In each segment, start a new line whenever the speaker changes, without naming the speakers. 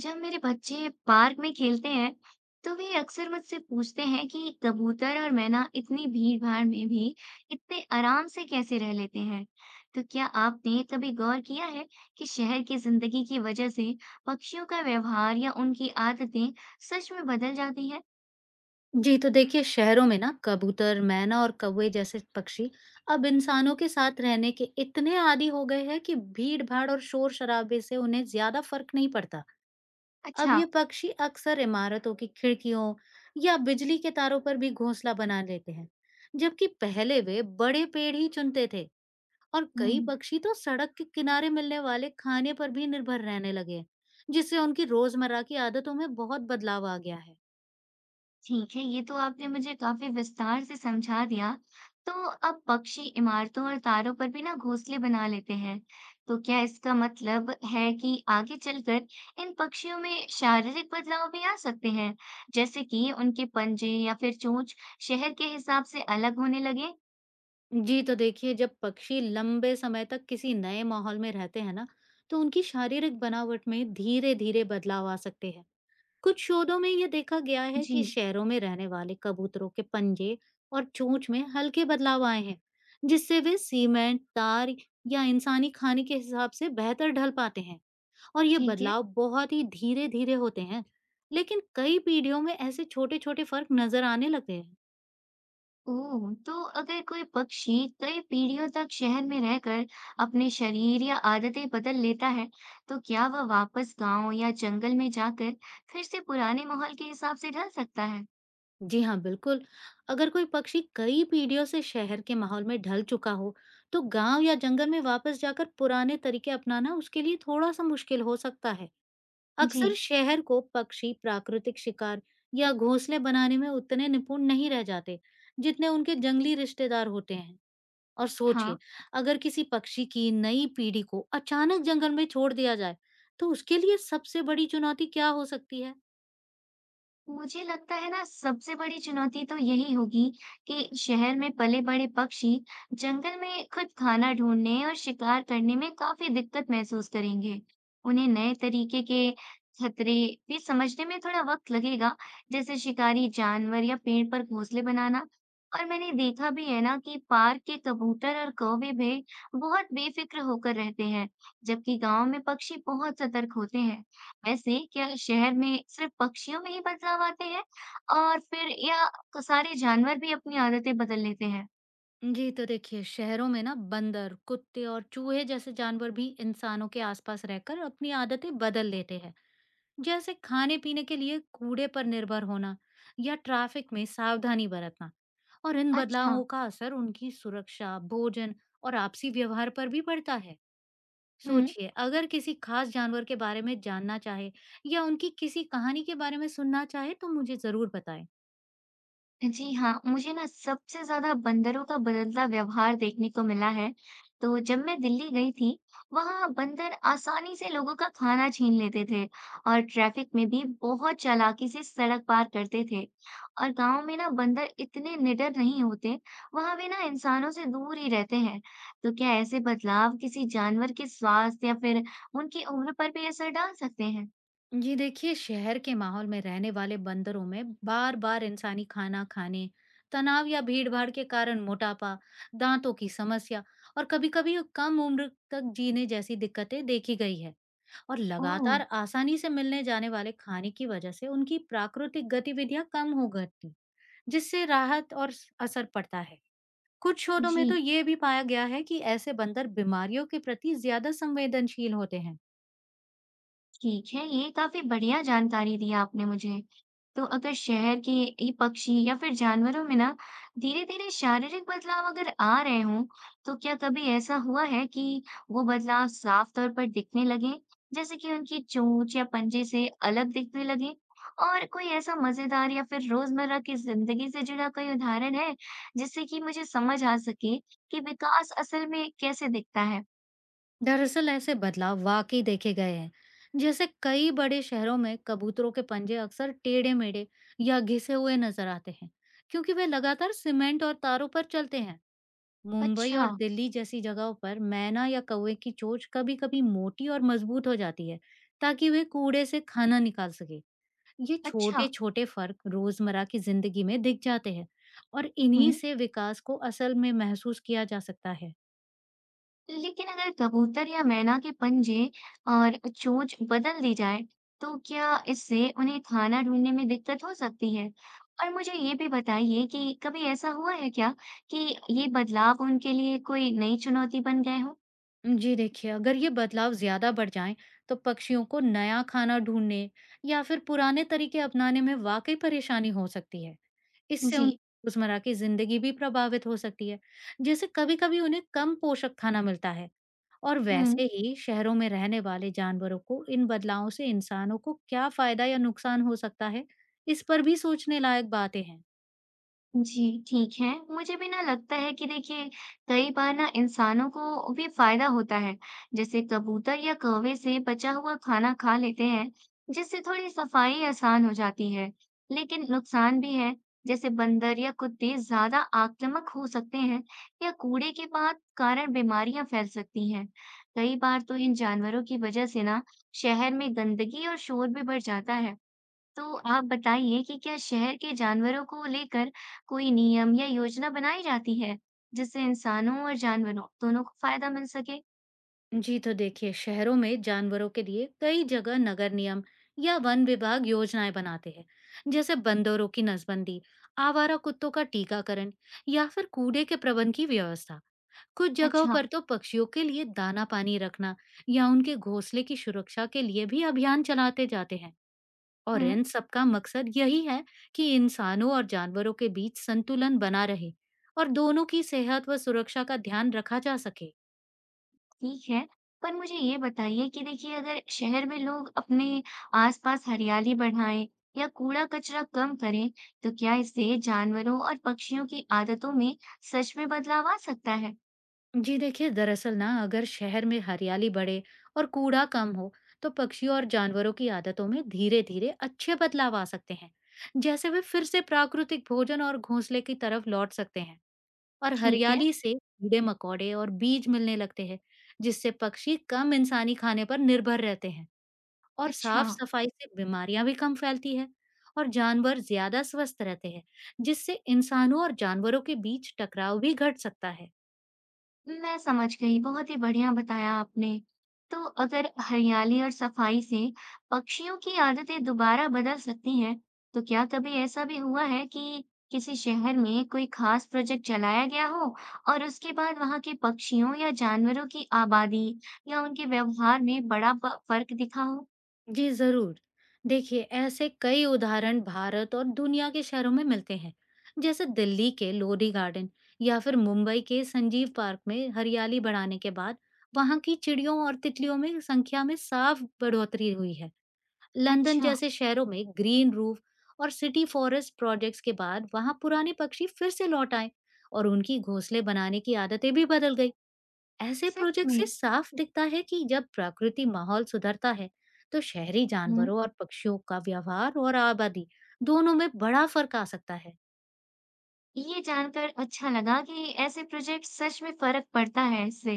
जब मेरे बच्चे पार्क में खेलते हैं तो वे अक्सर मुझसे पूछते हैं कि कबूतर और मैना इतनी भीड़ भाड़ में भी इतने आराम से कैसे रह लेते हैं। तो क्या आपने कभी गौर किया है कि शहर की जिंदगी की वजह से पक्षियों का व्यवहार या उनकी आदतें सच में बदल जाती हैं?
जी, तो देखिए शहरों में ना कबूतर, मैना और कौवे जैसे पक्षी अब इंसानों के साथ रहने के इतने आदी हो गए हैं कि भीड़-भाड़ और शोर-शराबे से उन्हें ज्यादा फर्क नहीं पड़ता। अब
अच्छा।
ये पक्षी अक्सर इमारतों की खिड़कियों या बिजली के तारों पर भी घोंसला बना लेते हैं, जबकि पहले वे बड़े पेड़ ही चुनते थे और कई
हम्म।
पक्षी तो सड़क के किनारे मिलने वाले खाने पर भी निर्भर रहने लगे हैं, जिससे उनकी रोजमर्रा की आदतों में बहुत बदलाव आ गया है।
ठीक है, ये तो आपने मुझे काफी विस्तार से समझा दिया। तो अब पक्षी इमारतों और तारों पर भी ना घोंसले बना लेते हैं। तो क्या इसका मतलब है कि आगे चलकर इन पक्षियों में शारीरिक बदलाव भी आ सकते हैं, जैसे कि उनके पंजे या फिर चोंच शहर के हिसाब से अलग होने लगे?
जी, तो देखिए जब पक्षी लंबे समय तक किसी नए माहौल में रहते हैं ना, तो उनकी शारीरिक बनावट में धीरे-धीरे बदलाव आ सकते हैं। कुछ शोधों में यह देखा गया है कि
जी।
शहरों में रहने वाले कबूतरों के पंजे और चोंच में हल्के बदलाव आए हैं, जिससे वे सीमेंट, तार या इंसानी खाने के हिसाब से बेहतर ढल पाते हैं और ये
ठीक है।
बदलाव बहुत ही धीरे-धीरे होते हैं। लेकिन कई पीढ़ियों में ऐसे छोटे-छोटे फर्क नजर आने लगे हैं।
ओह! तो अगर कोई पक्षी कई पीढ़ियों तक शहर में रहकर अपने शरीर या आदतें बदल लेता है, तो क्या वह वापस गांव या जंगल में जाकर फिर से पुराने माहौल के हिसाब से ढल सकता है?
जी हाँ बिल्कुल। अगर कोई पक्षी कई पीढ़ियों से शहर के माहौल में ढल चुका हो तो गांव या जंगल में वापस जाकर पुराने तरीके अपनाना उसके लिए थोड़ा सा मुश्किल हो सकता है।
जी।
अक्सर शहर को पक्षी प्राकृतिक शिकार या घोंसले बनाने में उतने निपुण नहीं रह जाते जितने उनके जंगली रिश्तेदार होते हैं। और
हाँ।
सोचिए, अगर किसी पक्षी की नई पीढ़ी को अचानक जंगल में छोड़ दिया जाए तो उसके लिए सबसे बड़ी चुनौती क्या हो सकती है।
मुझे लगता है ना सबसे बड़ी चुनौती तो यही होगी कि शहर में पले बड़े पक्षी जंगल में खुद खाना ढूंढने और शिकार करने में काफी दिक्कत महसूस करेंगे। उन्हें नए तरीके के खतरे भी समझने में थोड़ा वक्त लगेगा, जैसे शिकारी जानवर या पेड़ पर घोंसले बनाना। और मैंने देखा भी है ना कि पार्क के कबूतर और कौवे भी बहुत बेफिक्र होकर रहते हैं, जबकि गांव में पक्षी बहुत सतर्क होते हैं। वैसे क्या शहर में सिर्फ पक्षियों में ही बदलाव आते हैं और फिर या सारे जानवर भी अपनी आदतें बदल लेते हैं?
जी तो देखिए, शहरों में ना बंदर कुत्ते और चूहे जैसे जानवर भी इंसानों के आसपास रहकर अपनी आदतें बदल लेते हैं, जैसे खाने पीने के लिए कूड़े पर निर्भर होना या ट्रैफिक में सावधानी बरतना। और इन
अच्छा।
बदलावों का असर उनकी सुरक्षा, भोजन और आपसी व्यवहार पर भी पड़ता है।
हम्म।
सोचिए, अगर किसी खास जानवर के बारे में जानना चाहे या उनकी किसी कहानी के बारे में सुनना चाहे तो मुझे जरूर बताएं।
जी हाँ, मुझे ना सबसे ज़्यादा बंदरों का बदलता व्यवहार देखने को मिला है। तो जब मैं दिल्ली गई थी, वहाँ बंदर आसानी से लोगों का खाना छीन लेते थे और ट्रैफिक में भी बहुत चालाकी से सड़क पार करते थे। और गांव में ना बंदर इतने निडर नहीं होते, वहाँ वे ना इंसानों से दूर ही रहते हैं। तो क्या ऐसे बदलाव किसी जानवर के स्वास्थ्य या फिर उनकी उम्र पर भी असर डाल सकते हैं?
जी देखिए, शहर के माहौल में रहने वाले बंदरों में बार बार इंसानी खाना खाने, तनाव या भीड़ भाड़ के कारण मोटापा, दांतों की समस्या और कभी कभी कम उम्र तक जीने जैसी दिक्कतें देखी गई है। और
ओह।
लगातार आसानी से मिलने जाने वाले खाने की वजह से उनकी प्राकृतिक गतिविधियां कम हो गई, जिससे राहत और असर पड़ता है। कुछ शोधों में
जी।
तो ये भी पाया गया है कि ऐसे बंदर बीमारियों के प्रति ज्यादा संवेदनशील होते हैं।
ठीक है, ये काफ़ी बढ़िया जानकारी दी आपने मुझे। तो अगर शहर के ये पक्षी या फिर जानवरों में ना धीरे-धीरे शारीरिक बदलाव अगर आ रहे हों, तो क्या कभी ऐसा हुआ है कि वो बदलाव साफ तौर पर दिखने लगे, जैसे कि उनकी चोंच या पंजे से अलग दिखने लगे? और कोई ऐसा मज़ेदार या फिर रोज़मर्रा की ज़िंदगी से जुड़ा कोई उदाहरण है, जिससे कि मुझे समझ आ सके कि विकास असल में कैसे दिखता है?
दरअसल ऐसे बदलाव वाकई देखे गए हैं। जैसे कई बड़े शहरों में कबूतरों के पंजे अक्सर टेढ़े मेढ़े या घिसे हुए नजर आते हैं क्योंकि वे लगातार सीमेंट और तारों पर चलते हैं। मुंबई
अच्छा।
और दिल्ली जैसी जगहों पर मैना या कौवे की चोंच कभी कभी मोटी और मजबूत हो जाती है, ताकि वे कूड़े से खाना निकाल सके। ये
अच्छा।
छोटे छोटे फर्क रोजमर्रा की जिंदगी में दिख जाते हैं और इन्हीं
हुँ।
से विकास को असल में महसूस किया जा सकता है।
लेकिन अगर कबूतर या मैना के पंजे और चोंच बदल दी जाए तो क्या इससे उन्हें खाना ढूंढने में दिक्कत हो सकती है? और मुझे ये भी बताइए कि कभी ऐसा हुआ है क्या कि ये बदलाव उनके लिए कोई नई चुनौती बन गए हो?
जी देखिए, अगर ये बदलाव ज़्यादा बढ़ जाएँ, तो पक्षियों को नया खाना ढूँढने या फिर पुराने तरीके अपनाने में वाक़ई परेशानी हो सकती है। इससे
जी।
उन रोज़मर्रा की ज़िंदगी भी प्रभावित हो सकती है। जैसे कभी-कभी उन्हें कम पोषक खाना मिलता है। और
हम्म।
वैसे ही शहरों में रहने वाले जानवरों को इन बदलावों से इंसानों को क्या फ़ायदा या नुकसान हो सकता है, इस पर भी सोचने लायक बातें हैं।
जी ठीक है, मुझे भी ना लगता है कि देखिए कई बार ना इंसानों को भी फायदा होता है, जैसे कबूतर या कौवे से बचा हुआ खाना खा लेते हैं जिससे थोड़ी सफाई आसान हो जाती है। लेकिन नुकसान भी है, जैसे बंदर या कुत्ते ज्यादा आक्रामक हो सकते हैं या कूड़े के बाद कारण बीमारियां फैल सकती हैं। कई बार तो इन जानवरों की वजह से ना शहर में गंदगी और शोर भी बढ़ जाता है। तो आप बताइए कि क्या शहर के जानवरों को लेकर कोई नियम या योजना बनाई जाती है जिससे इंसानों और जानवरों दोनों को फायदा मिल सके?
जी तो देखिए, शहरों में जानवरों के लिए कई जगह नगर नियम या वन विभाग योजनाएं बनाते हैं, जैसे बंदरों की नसबंदी, आवारा कुत्तों का टीकाकरण या फिर कूड़े के प्रबंध की व्यवस्था। कुछ जगहों
अच्छा।
पर तो पक्षियों के लिए दाना पानी रखना या उनके घोंसले की सुरक्षा के लिए भी अभियान चलाते जाते हैं। और
हम्म।
इन सबका मकसद यही है कि इंसानों और जानवरों के बीच संतुलन बना रहे और दोनों की सेहत व सुरक्षा का ध्यान रखा जा सके।
ठीक है। पर मुझे ये बताइए कि देखिए अगर शहर में लोग अपने आसपास हरियाली बढ़ाएं या कूड़ा कचरा कम करें, तो क्या इससे जानवरों और पक्षियों की आदतों में सच में बदलाव आ सकता है?
जी देखिए, दरअसल ना अगर शहर में हरियाली बढ़े और कूड़ा कम हो तो पक्षियों और जानवरों की आदतों में धीरे धीरे अच्छे बदलाव आ सकते हैं। जैसे वे फिर से प्राकृतिक भोजन और घोंसले की तरफ लौट सकते हैं। और
ठीक है।
हरियाली से कीड़े मकोड़े और बीज मिलने लगते हैं, जिससे पक्षी कम इंसानी खाने पर निर्भर रहते हैं और साफ
अच्छा।
सफाई से बीमारियां भी कम फैलती है और जानवर ज्यादा स्वस्थ रहते हैं, जिससे इंसानों और जानवरों के बीच टकराव भी घट सकता है।
मैं समझ गई, बहुत ही बढ़िया बताया आपने। तो अगर हरियाली और सफाई से पक्षियों की आदतें दोबारा बदल सकती हैं, तो क्या कभी ऐसा भी हुआ है कि किसी शहर में कोई खास प्रोजेक्ट चलाया गया हो और उसके बाद वहां के पक्षियों या जानवरों की आबादी या उनके व्यवहार में बड़ा फर्क दिखा हो?
जी जरूर। देखिए, ऐसे कई उदाहरण भारत और दुनिया के शहरों में मिलते हैं। जैसे दिल्ली के लोधी गार्डन या फिर मुंबई के संजीव पार्क में हरियाली बढ़ाने के बाद वहां की चिड़ियों और तितलियों में संख्या में साफ बढ़ोतरी हुई है। लंदन
अच्छा।
जैसे शहरों में ग्रीन रूफ और सिटी फॉरेस्ट प्रोजेक्ट्स के बाद वहां पुराने पक्षी फिर से लौट आए और उनकी घोंसले बनाने की आदतें भी बदल गई। ऐसे
सच
प्रोजेक्ट
में?
से साफ दिखता है कि जब प्राकृतिक माहौल सुधरता है तो शहरी जानवरों और पक्षियों का व्यवहार और आबादी दोनों में बड़ा फर्क आ सकता है।
ये जानकर अच्छा लगा कि ऐसे प्रोजेक्ट सच में फर्क पड़ता है इससे।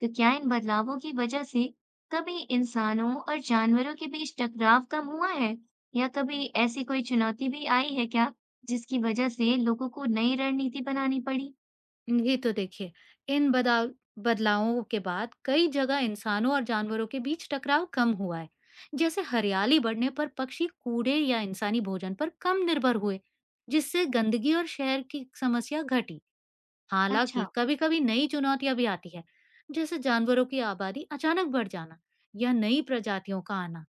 तो क्या इन बदलावों की वजह से कभी इंसानों और जानवरों के बीच टकराव कम हुआ है? या कभी ऐसी कोई चुनौती भी आई है क्या, जिसकी वजह से लोगों को नई रणनीति बनानी पड़ी?
ये तो देखिए, इन बदलाव बदलावों के बाद कई जगह इंसानों और जानवरों के बीच टकराव कम हुआ है। जैसे हरियाली बढ़ने पर पक्षी कूड़े या इंसानी भोजन पर कम निर्भर हुए, जिससे गंदगी और शहर की समस्या घटी। हालांकि
अच्छा।
कभी-कभी नई चुनौतियां भी आती है, जैसे जानवरों की आबादी अचानक बढ़ जाना या नई प्रजातियों का आना,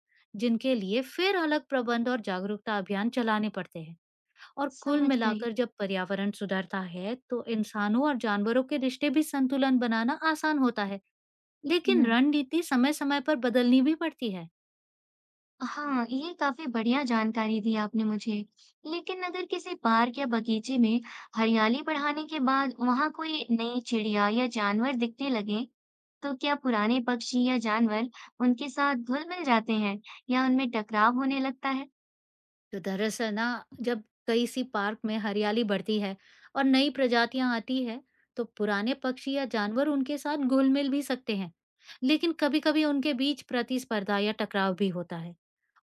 जिनके लिए फिर अलग प्रबंध और जागरूकता अभियान चलाने पड़ते हैं। और कुल
समझ गई।
मिलाकर जब पर्यावरण सुधरता है तो इंसानों और जानवरों के रिश्ते भी संतुलन बनाना आसान होता है। लेकिन
हुँ।
रणनीति समय समय पर बदलनी भी पड़ती है।
हाँ, ये काफी बढ़िया जानकारी दी आपने मुझे। लेकिन अगर किसी पार्क या बगीचे में हरियाली बढ़ाने के बाद वहां कोई नई चिड़िया या जानवर दिखने लगे, तो क्या पुराने पक्षी या जानवर उनके साथ घुल-मिल जाते हैं या उनमें टकराव होने लगता है?
तो दरअसल ना, जब कई सी पार्क में हरियाली बढ़ती है और नई प्रजातियां आती है तो पुराने पक्षी या जानवर उनके साथ घुल मिल भी सकते हैं। लेकिन कभी कभी उनके बीच प्रतिस्पर्धा या टकराव भी होता है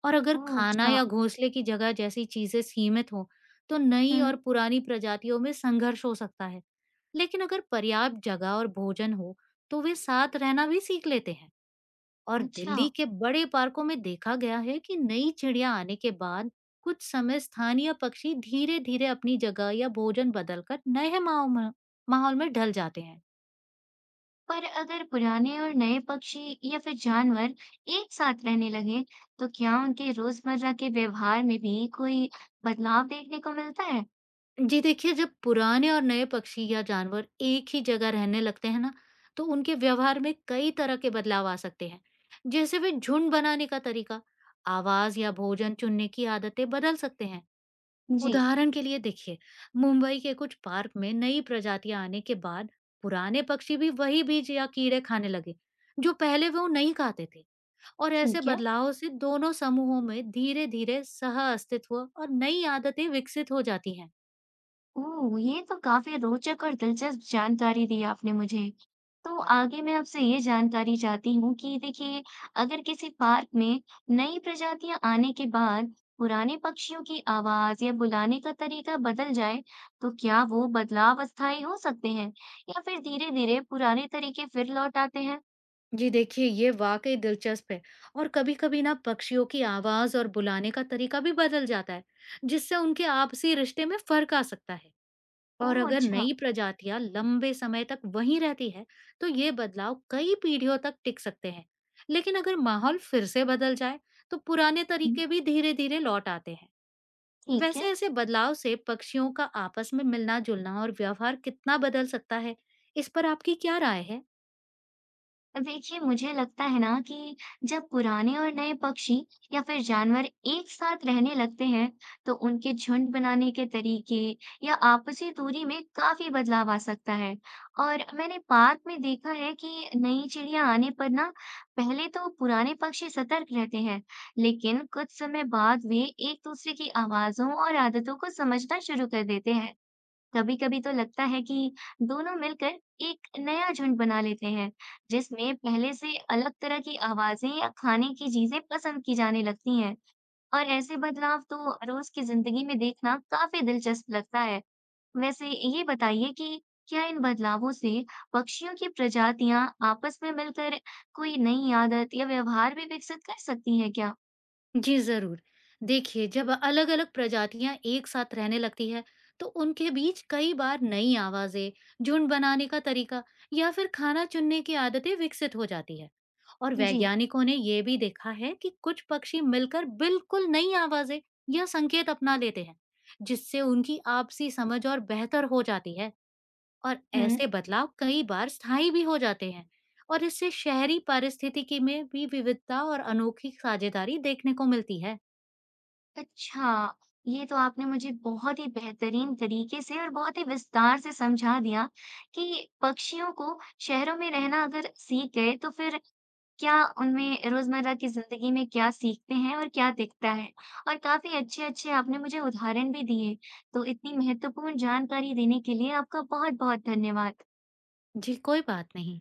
और अगर
ओह,
खाना
अच्छा।
या घोंसले की जगह जैसी चीजें सीमित हो तो नई
हम्म।
और पुरानी प्रजातियों में संघर्ष हो सकता है। लेकिन अगर पर्याप्त जगह और भोजन हो तो वे साथ रहना भी सीख लेते हैं। और
अच्छा।
दिल्ली के बड़े पार्कों में देखा गया है कि नई चिड़िया आने के बाद कुछ समय स्थानीय पक्षी धीरे धीरे अपनी जगह या भोजन बदलकर नए माहौल में ढल जाते हैं।
पर अगर पुराने और नए पक्षी या फिर जानवर एक साथ रहने लगे, तो क्या उनके रोजमर्रा के व्यवहार में भी कोई बदलाव देखने को मिलता है?
जी देखिए, जब पुराने और नए पक्षी या जानवर एक ही जगह रहने लगते हैं ना, तो उनके व्यवहार में कई तरह के बदलाव आ सकते हैं। जैसे वे झुंड बनाने का तरीका, आवाज या भोजन चुनने की आदतें बदल सकते हैं।
जी।
उदाहरण के लिए देखिए, मुंबई के कुछ पार्क में नई प्रजातियां आने के बाद पुराने पक्षी भी वही बीज या कीड़े खाने लगे जो पहले वो नहीं खाते थे। और ऐसे
ठीक है।
बदलाव से दोनों समूहों में धीरे धीरे सह अस्तित्व और नई आदतें विकसित हो जाती हैं।
ओह! ये तो काफ़ी रोचक और दिलचस्प जानकारी दी आपने मुझे। तो आगे मैं आपसे ये जानकारी चाहती हूँ कि देखिए, अगर किसी पार्क में नई प्रजातियाँ आने के बाद पुराने पक्षियों की आवाज़ या बुलाने का तरीका बदल जाए, तो क्या वो बदलाव अस्थायी हो सकते हैं या फिर धीरे-धीरे पुराने तरीके फिर लौट आते हैं?
जी देखिए, ये वाकई दिलचस्प है। और कभी कभी ना पक्षियों की आवाज और बुलाने का तरीका भी बदल जाता है, जिससे उनके आपसी रिश्ते में फर्क आ सकता है। और
ओह!
अगर
अच्छा।
नई प्रजातियां लंबे समय तक वहीं रहती है तो ये बदलाव कई पीढ़ियों तक टिक सकते हैं। लेकिन अगर माहौल फिर से बदल जाए तो पुराने
हुँ,
तरीके भी धीरे धीरे लौट आते हैं।
ठीक
वैसे
है।
ऐसे बदलाव से पक्षियों का आपस में मिलना जुलना और व्यवहार कितना बदल सकता है, इस पर आपकी क्या राय है?
देखिए, मुझे लगता है ना कि जब पुराने और नए पक्षी या फिर जानवर एक साथ रहने लगते हैं, तो उनके झुंड बनाने के तरीके या आपसी दूरी में काफी बदलाव आ सकता है। और मैंने पार्क में देखा है कि नई चिड़िया आने पर ना पहले तो पुराने पक्षी सतर्क रहते हैं, लेकिन कुछ समय बाद वे एक दूसरे की आवाजों और आदतों को समझना शुरू कर देते हैं। कभी-कभी तो लगता है कि दोनों मिलकर एक नया झुंड बना लेते हैं, जिसमें पहले से अलग तरह की आवाजें या खाने की चीजें पसंद की जाने लगती हैं। और ऐसे बदलाव तो रोज की जिंदगी में देखना काफी दिलचस्प लगता है। वैसे ये बताइए कि क्या इन बदलावों से पक्षियों की प्रजातियां आपस में मिलकर कोई नई आदत या व्यवहार भी विकसित कर सकती हैं क्या?
जी, ज़रूर। देखिए, जब अलग-अलग प्रजातियाँ एक साथ रहने लगती है, तो उनके बीच कई बार नई आवाज़ें, झुंड बनाने का तरीका या फिर खाना चुनने की आदतें विकसित हो जाती है। और
जी।
वैज्ञानिकों ने ये भी देखा है कि कुछ पक्षी मिलकर बिल्कुल नई आवाज़ें या संकेत अपना लेते हैं, जिससे उनकी आपसी समझ और बेहतर हो जाती है। और ऐसे बदलाव कई बार स्थायी भी हो जाते हैं और इससे शहरी पारिस्थितिकी में भी विविधता और अनोखी साझेदारी देखने को मिलती है।
अच्छा, ये तो आपने मुझे बहुत ही बेहतरीन तरीके से और बहुत ही विस्तार से समझा दिया कि पक्षियों को शहरों में रहना अगर सीख गए तो फिर क्या उनमें रोजमर्रा की जिंदगी में क्या सीखते हैं और क्या दिखता है। और काफी अच्छे अच्छे आपने मुझे उदाहरण भी दिए। तो इतनी महत्वपूर्ण जानकारी देने के लिए आपका बहुत बहुत धन्यवाद।
जी कोई बात नहीं।